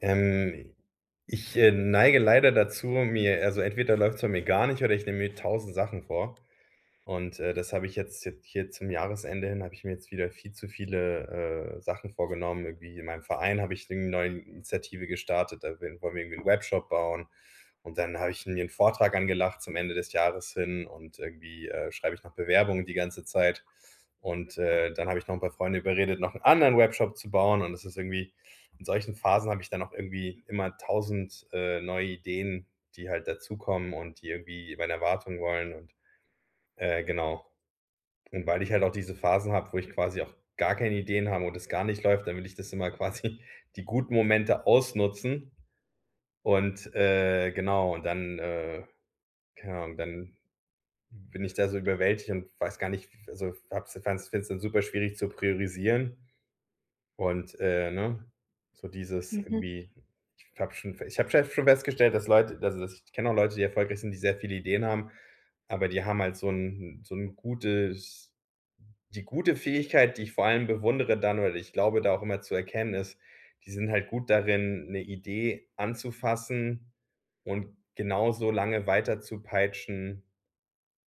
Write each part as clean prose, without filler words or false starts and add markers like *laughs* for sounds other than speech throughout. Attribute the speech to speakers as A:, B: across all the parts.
A: Ähm, Ich, neige leider dazu, mir, also, entweder läuft's bei mir gar nicht oder ich nehme mir tausend Sachen vor. Das habe ich jetzt hier zum Jahresende hin habe ich mir jetzt wieder viel zu viele, Sachen vorgenommen. Irgendwie in meinem Verein habe ich 'ne neue Initiative gestartet, da wollen wir irgendwie einen Webshop bauen. Und dann habe ich mir einen Vortrag angelacht zum Ende des Jahres hin und irgendwie, schreibe ich noch Bewerbungen die ganze Zeit. Dann habe ich noch ein paar Freunde überredet, noch einen anderen Webshop zu bauen. Und es ist irgendwie, in solchen Phasen habe ich dann auch irgendwie immer tausend neue Ideen, die halt dazukommen und die irgendwie meine Erwartungen wollen und, genau. Und weil ich halt auch diese Phasen habe, wo ich quasi auch gar keine Ideen habe und es gar nicht läuft, dann will ich das immer *laughs* quasi die guten Momente ausnutzen und, genau, und dann, keine Ahnung, dann bin ich da so überwältigt und weiß gar nicht, also, habe es fand's finde es dann super schwierig zu priorisieren und, ne, so dieses
B: Mhm,
A: irgendwie, ich habe schon festgestellt, dass Leute, also, dass, ich kenne auch Leute, die erfolgreich sind, die sehr viele Ideen haben, aber die haben halt so ein, so ein gutes, die gute Fähigkeit, die ich vor allem bewundere, dann oder ich glaube, da auch immer zu erkennen ist, die sind halt gut darin, 'ne Idee anzufassen und genau so lange weiterzupeitschen,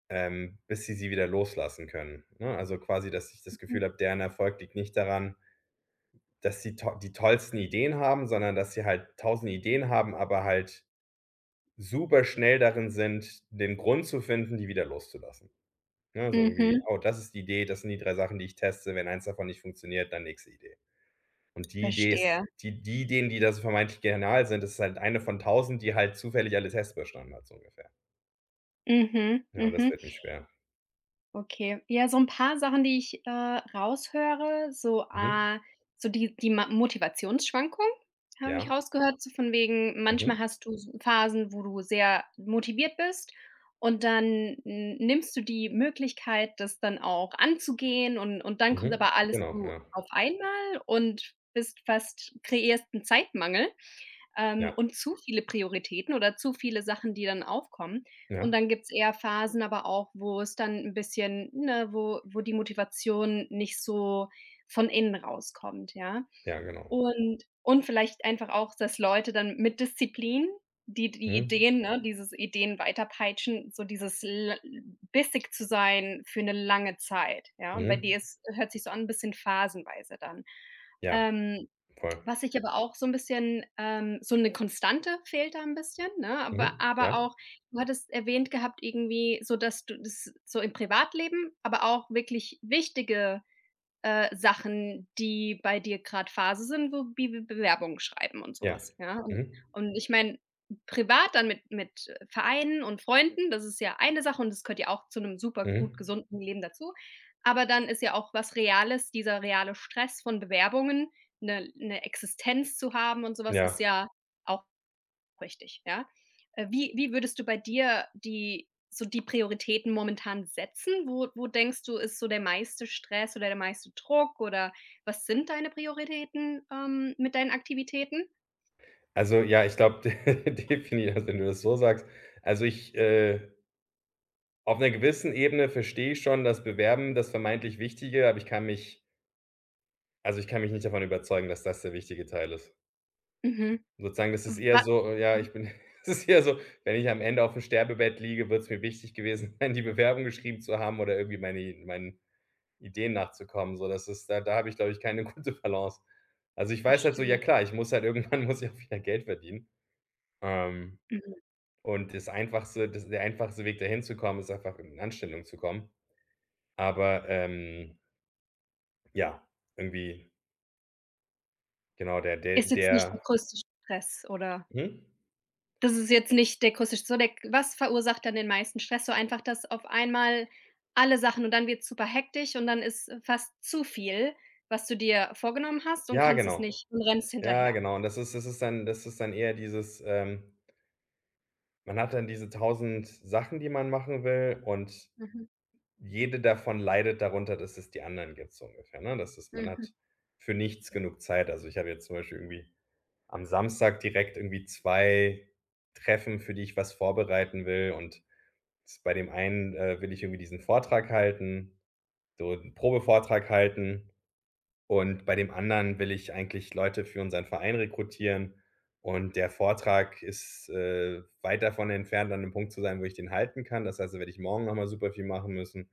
A: bis sie wieder loslassen können, ne? Also, quasi, dass ich das
B: mhm,
A: Gefühl habe, deren Erfolg liegt nicht daran, dass sie to die tollsten Ideen haben, sondern dass sie halt tausend Ideen haben, aber halt superschnell darin sind, den Grund zu finden, die wieder loszulassen. Ne, so irgendwie:
B: mhm,
A: „Oh, das ist die Idee, das sind die 3 Sachen, die ich teste. Wenn eins davon nicht funktioniert, dann nächste Idee.“ Und die Idee ist,
B: verstehe.
A: die die Ideen, die da so vermeintlich genial sind, das ist halt eine von tausend, die halt zufällig alle Tests bestanden hat, so ungefähr.
B: Mhm,
A: Ja, und das
B: mhm,
A: fällt mir schwer.
B: okay. Ja, so ein paar Sachen, die ich, raushöre, so,
A: Mhm.
B: so die die Ma Motivationsschwankung habe ich
A: Ja.
B: rausgehört, so von wegen,
A: Mhm.
B: manchmal hast du s Phasen, wo du sehr motiviert bist und dann n nimmst du die Möglichkeit, das dann auch anzugehen und dann kommt
A: Mhm.
B: aber alles
A: Genau,
B: so
A: ja.
B: auf einmal und bist fast kreierst einen Zeitmangel.
A: Ja.
B: Und zu viele Prioritäten oder zu viele Sachen, die dann aufkommen. Und
A: Ja.
B: dann gibt's eher Phasen aber auch, wo es dann 'n bisschen ne, wo die Motivation nicht so von innen rauskommt, ja?
A: Ja, genau.
B: Und vielleicht einfach auch, dass Leute dann mit Disziplin die
A: Mhm.
B: Ideen ne, dieses Ideen weiterpeitschen, so dieses l bissig zu sein für 'ne lange Zeit, ja? Und bei dir
A: Mhm.
B: ist hört sich so an, bisschen phasenweise dann.
A: Ja,
B: Ähm
A: voll.
B: Was ich aber auch so 'n bisschen so 'ne Konstante fehlt da 'n bisschen, ne? Aber
A: Mhm.
B: aber
A: Ja.
B: auch du hattest erwähnt gehabt irgendwie so, dass du das so im Privatleben, aber auch wirklich wichtige Sachen, die bei dir gerade Phase sind, wo wie Be Bewerbungen schreiben und
A: Ja.
B: sowas, ja?
A: Mhm.
B: Und ich meine, privat dann mit Vereinen und Freunden, das ist ja eine Sache und das gehört ja auch zu 'nem super gut
A: Mhm.
B: gesunden Leben dazu. Aber dann ist ja auch was Reales, dieser reale Stress von Bewerbungen, 'ne Existenz zu haben und sowas ist
A: Ja.
B: ja auch Richtig, ja. Wie wie würdest du bei dir die so die Prioritäten momentan setzen? Wo wo denkst du, ist so der meiste Stress oder der meiste Druck oder was sind deine Prioritäten, mit deinen Aktivitäten?
A: Also, ja, ich glaube *laughs* definitiv, also, wenn du das so sagst, also, ich, äh auf einer gewissen Ebene verstehe ich schon das Bewerben, das vermeintlich Wichtige, aber ich kann mich nicht davon überzeugen, dass das der wichtige Teil ist.
B: Mhm.
A: Sozusagen, das ist eher
B: Wa
A: so, ja,
B: Mhm,
A: ich bin *laughs* es ist eher so, wenn ich am Ende aufm Sterbebett liege, würde es mir wichtig gewesen *laughs* sein, die Bewerbung geschrieben zu haben oder irgendwie meinen Ideen nachzukommen. So, das ist, da habe ich, glaube ich, keine *laughs* gute Balance. Also, ich weiß halt so, ja,
B: verstehe.
A: klar, ich muss halt *laughs* irgendwann muss ich auch wieder Geld verdienen. Ähm,
B: Mhm.
A: und das der einfachste Weg, da hinzukommen, ist einfach in Anstellung zu kommen. Aber, ja, irgendwie, genau, der der
B: Ist jetzt nicht der
A: der
B: größte Stress, oder?
A: mhm.
B: Das ist jetzt nicht der größte, so der was verursacht dann den meisten Stress? So einfach, dass auf einmal alle Sachen und dann wird's super hektisch und dann ist fast zu viel, was du dir vorgenommen hast und
A: Ja,
B: kannst es
A: genau.
B: nicht und rennst
A: Ja,
B: hinterher.
A: genau. Und das ist dann eher dieses, man hat dann diese tausend Sachen, die man machen will, und
B: Mhm,
A: jede davon leidet darunter, dass es die anderen gibt, so ungefähr, ne? Das ist, man
B: mhm.
A: hat für nichts genug Zeit. Also, ich habe jetzt zum Beispiel irgendwie am Samstag direkt irgendwie 2 Treffen, für die ich was vorbereiten will, und s bei dem einen, will ich irgendwie diesen Vortrag halten, so 'n Probevortrag halten. Und bei dem anderen will ich eigentlich Leute für unseren Verein rekrutieren, und der Vortrag ist, weit davon entfernt, an 'nem Punkt zu sein, wo ich den halten kann. Das heißt, da werde ich morgen noch mal super viel machen müssen.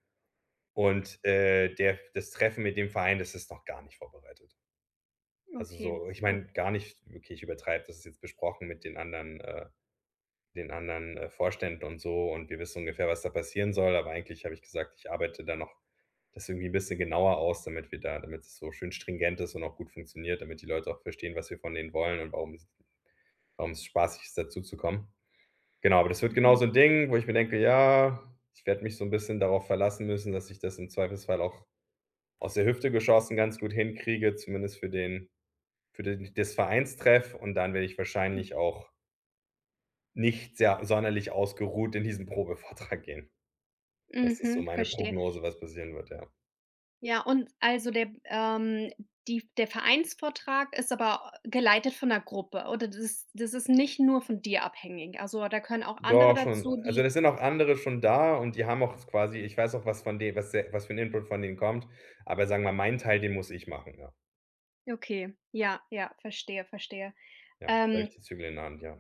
A: Der, das Treffen mit dem Verein, das ist noch gar nicht vorbereitet. Also
B: Okay,
A: so ich
B: o
A: meine, gar nicht, okay, ich übertreibe, das ist jetzt besprochen mit den anderen, Vorständen und so, und wir wissen ungefähr, was da passieren soll, aber eigentlich habe ich gesagt, ich arbeite da noch das irgendwie ein bisschen genauer aus, damit wir da damit es so schön stringent ist und auch gut funktioniert, damit die Leute auch verstehen, was wir von denen wollen und warum es spaßig ist, dazuzukommen. Genau, aber das wird genau
B: Mhm,
A: so ein Ding, wo ich mir denke: „Ja, ich werde mich so ein bisschen darauf verlassen müssen, dass ich das im Zweifelsfall auch aus der Hüfte geschossen ganz gut hinkriege, zumindest für den, das Vereinstreff“, und dann werde ich
B: mhm,
A: wahrscheinlich auch nicht sehr sonderlich ausgeruht in diesen Probevortrag gehen. Das ist so
B: Mhm,
A: meine
B: verstehe.
A: Prognose, was passieren wird, ja.
B: Ja, und also der die der Vereinsvortrag ist aber geleitet von 'ner Gruppe oder das das ist nicht nur von dir abhängig? Also, da können auch andere
A: Doch
B: dazu,
A: schon. Also,
B: die
A: es sind auch andere schon da, und die haben auch quasi, ich weiß auch, was von de was der was für 'n Input von denen kommt, aber sagen wir, meinen Teil, den muss ich machen, ja.
B: okay, ja, ja, verstehe, verstehe.
A: Ja, da habe ich
B: Ähm
A: die Zügel in der Hand, ja.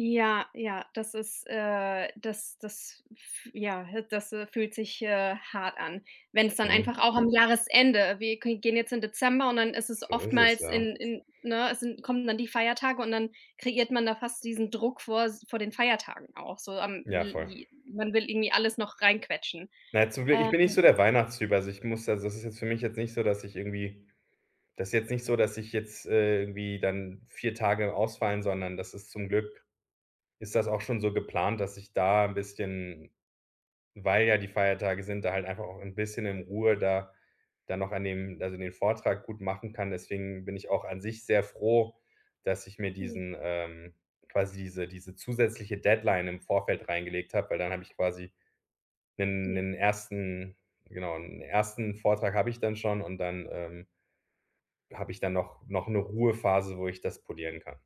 B: Ja, ja, das ist, das das f ja, das, fühlt sich, hart an. Wenn es dann
A: Mhm,
B: einfach auch am Jahresende wir ge gehen jetzt in Dezember und dann ist es
A: so ist es,
B: oftmals
A: ja.
B: in ne, es sind kommen dann die Feiertage und dann kreiert man da fast diesen Druck vor den Feiertagen auch so am
A: Ja,
B: l
A: voll.
B: j man will irgendwie alles noch reinquetschen.
A: Na ja, zum Glück, ich
B: Ähm,
A: bin nicht so der Weihnachtstyp, also, ich muss, also, das ist jetzt für mich jetzt nicht so, dass ich irgendwie, das ist jetzt nicht so, dass ich jetzt, irgendwie dann 4 Tage ausfallen, sondern das ist zum Glück, ist das auch schon so geplant, dass ich da 'n bisschen, weil ja die Feiertage sind, da halt einfach auch ein bisschen in Ruhe da dann noch an dem, also, den Vortrag gut machen kann. Deswegen bin ich auch an sich sehr froh, dass ich mir
B: ja,
A: diesen, quasi diese zusätzliche Deadline im Vorfeld reingelegt habe, weil dann habe ich quasi einen,
B: ja.
A: 'nen 1., genau, einen ersten Vortrag habe ich dann schon, und dann, habe ich dann noch eine Ruhephase, wo ich das polieren kann.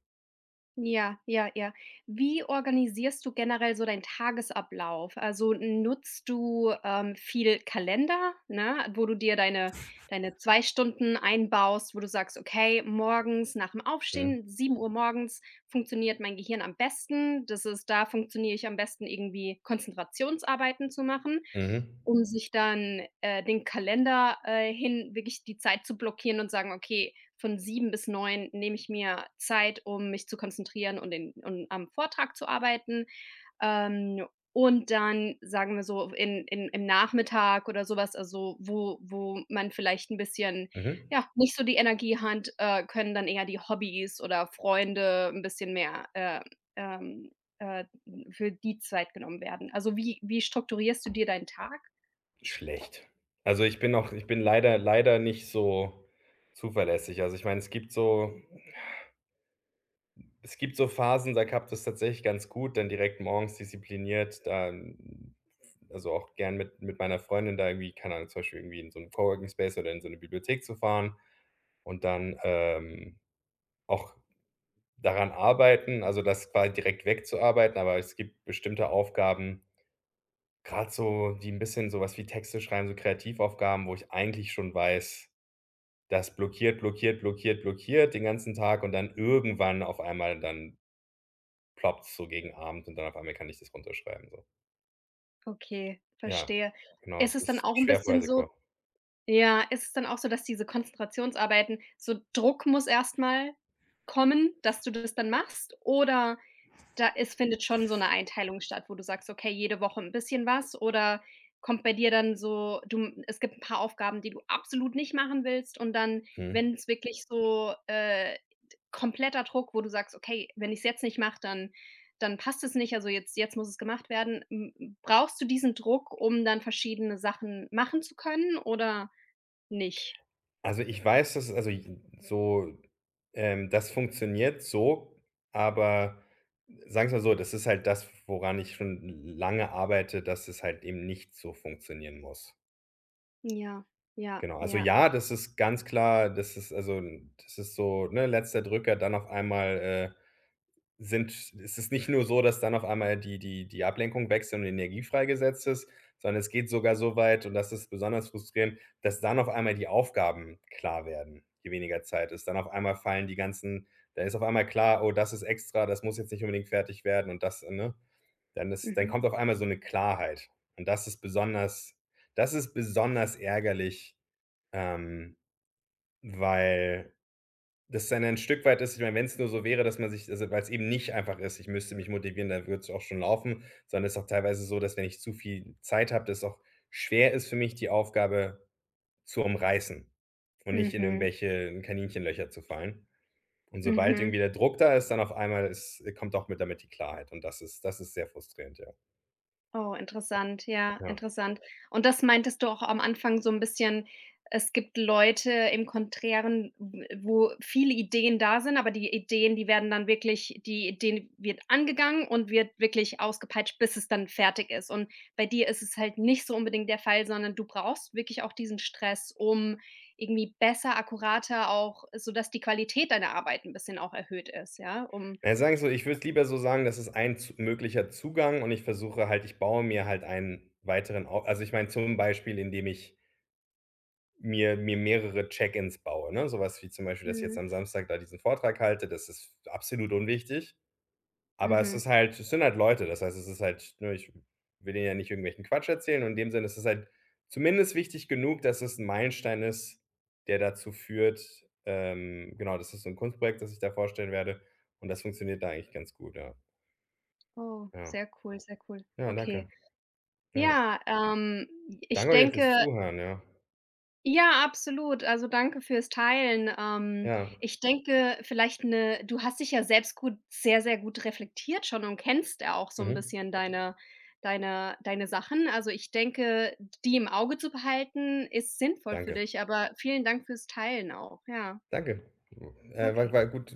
B: Ja, ja, ja. Wie organisierst du generell so deinen Tagesablauf? Also, nutzt du, viel Kalender, ne, wo du dir deine 2 Stunden einbaust, wo du sagst: „Okay, morgens nach dem
A: Mhm.
B: Aufstehen, 7 Uhr morgens funktioniert mein Gehirn am besten. Das ist da funktioniere ich am besten irgendwie Konzentrationsarbeiten zu machen“,
A: Mhm.
B: um sich dann, den Kalender, hin wirklich die Zeit zu blockieren und sagen: „Okay, von 7 bis 9 nehme ich mir Zeit, um mich zu konzentrieren und den und am Vortrag zu arbeiten. Ähm, und dann, sagen wir so, in im Nachmittag oder sowas, also wo man vielleicht ein bisschen,
A: Mhm.
B: ja, nicht so die Energie hat, können dann eher die Hobbys oder Freunde ein bisschen mehr, ähm, äh, für die Zeit genommen werden. Also, wie wie strukturierst du dir deinen Tag?“
A: Schlecht. Also, ich bin leider, leider nicht so zuverlässig. Also, ich meine, es gibt so Phasen, da klappt es tatsächlich ganz gut, dann direkt morgens diszipliniert, da, also, auch gern mit meiner Freundin da irgendwie, keine Ahnung, zum Beispiel irgendwie in so einen Coworking Space oder in so eine Bibliothek zu fahren und dann, auch daran arbeiten, also, das quasi direkt wegzuarbeiten. Aber es gibt bestimmte Aufgaben, gerade so, die ein bisschen, so was wie Texte schreiben, so Kreativaufgaben, wo ich eigentlich schon weiß: Das blockiert, blockiert, blockiert, blockiert den ganzen Tag, und dann irgendwann auf einmal, dann ploppt's so gegen Abend und dann auf einmal kann ich das runterschreiben, so.
B: Okay,
A: Ja,
B: verstehe.
A: genau,
B: Ist
A: es
B: es dann
A: ist
B: auch ein
A: schwer
B: bisschen so,
A: vorhersehbar.
B: ja, ist es dann auch so, dass diese Konzentrationsarbeiten so Druck muss erst mal kommen, dass du das dann machst? Oder da es findet schon so 'ne Einteilung statt, wo du sagst: „Okay, jede Woche 'n bisschen was“, oder kommt bei dir dann so du es gibt 'n paar Aufgaben, die du absolut nicht machen willst und dann,
A: Mhm.
B: wenn's wirklich so, d kompletter Druck, wo du sagst: „Okay, wenn ich's jetzt nicht mache, dann dann passt es nicht, also jetzt jetzt muss es gemacht werden.“ M Brauchst du diesen Druck, um dann verschiedene Sachen machen zu können, oder nicht?
A: Also, ich weiß, so, das funktioniert so, aber sagen wir's mal so, das ist halt das, woran ich schon lange arbeite, dass es halt eben nicht so funktionieren muss.
B: Ja, ja,
A: Genau, also
B: ja.
A: ja, das ist ganz klar, das ist, also, das ist so, ne, letzter Drücker, dann auf einmal, Sind ist es nicht nur so, dass dann auf einmal die die die Ablenkung wächst und Energie freigesetzt ist, sondern es geht sogar so weit, und das ist besonders frustrierend, dass dann auf einmal die Aufgaben klar werden, je weniger Zeit ist. Dann auf einmal fallen die ganzen, da ist auf einmal klar: „Oh, das ist extra, das muss jetzt nicht unbedingt fertig werden und das“, ne? Dann
B: Mhm,
A: kommt auf einmal so eine Klarheit, und das ist besonders ärgerlich, ähm, weil das dann ein Stück weit ist, ich meine, wenn es nur so wäre, dass man sich, also, weil es eben nicht einfach ist, ich müsste mich motivieren, dann würde es auch schon laufen, sondern es ist auch teilweise so, dass wenn ich zu viel Zeit habe, das auch schwer ist für mich, die Aufgabe zu umreißen und nicht in
B: mhm,
A: irgendwelche Kaninchenlöcher zu fallen. Und sobald irgendwie
B: mhm.
A: der Druck da ist, dann auf einmal ist, kommt auch mit damit die Klarheit, und das ist sehr frustrierend, ja.
B: Oh, interessant, ja,
A: Ja.
B: interessant. Und das meintest du auch am Anfang so ein bisschen, es gibt Leute im Konträren, w wo viele Ideen da sind, aber die Ideen, die werden dann wirklich die Ideen wird angegangen und wird wirklich ausgepeitscht, bis es dann fertig ist. Und bei dir ist es halt nicht so unbedingt der Fall, sondern du brauchst wirklich auch diesen Stress, um irgendwie besser, akkurater auch, sodass die Qualität deiner Arbeit ein bisschen auch erhöht ist, ja, um
A: Na ja, sagen wir so, ich würde es lieber so sagen, das ist ein z möglicher Zugang, und ich baue mir halt einen weiteren, au also, ich meine, zum Beispiel, indem ich mir mehrere Check-ins baue, ne? Sowas wie zum Beispiel, dass ich
B: Mhm.
A: jetzt am Samstag da diesen Vortrag halte, das ist absolut unwichtig. Aber
B: Mhm.
A: es sind halt Leute, das heißt, es ist halt, ne, ich will denen ja nicht irgendwelchen Quatsch erzählen, und in dem Sinne ist es halt zumindest wichtig genug, dass es ein Meilenstein ist, der dazu führt, genau, das ist so ein Kunstprojekt, das ich da vorstellen werde, und das funktioniert da eigentlich ganz gut, ja.
B: Oh,
A: Ja.
B: sehr cool, sehr cool.
A: Ja,
B: Okay.
A: danke. Ja.
B: Ja, ich
A: Danke euch fürs
B: denke
A: Zuhören, ja.
B: ja, absolut. Also, danke fürs Teilen.
A: Ja.
B: Ich denke, vielleicht eine. Du hast dich ja selbst gut sehr, sehr gut reflektiert schon und kennst ja auch so ein
A: Mhm.
B: bisschen deine Sachen. Also, ich denke, die im Auge zu behalten, ist sinnvoll für
A: Danke.
B: dich, aber vielen Dank fürs Teilen auch. Ja,
A: Danke. War
B: okay.
A: war gut.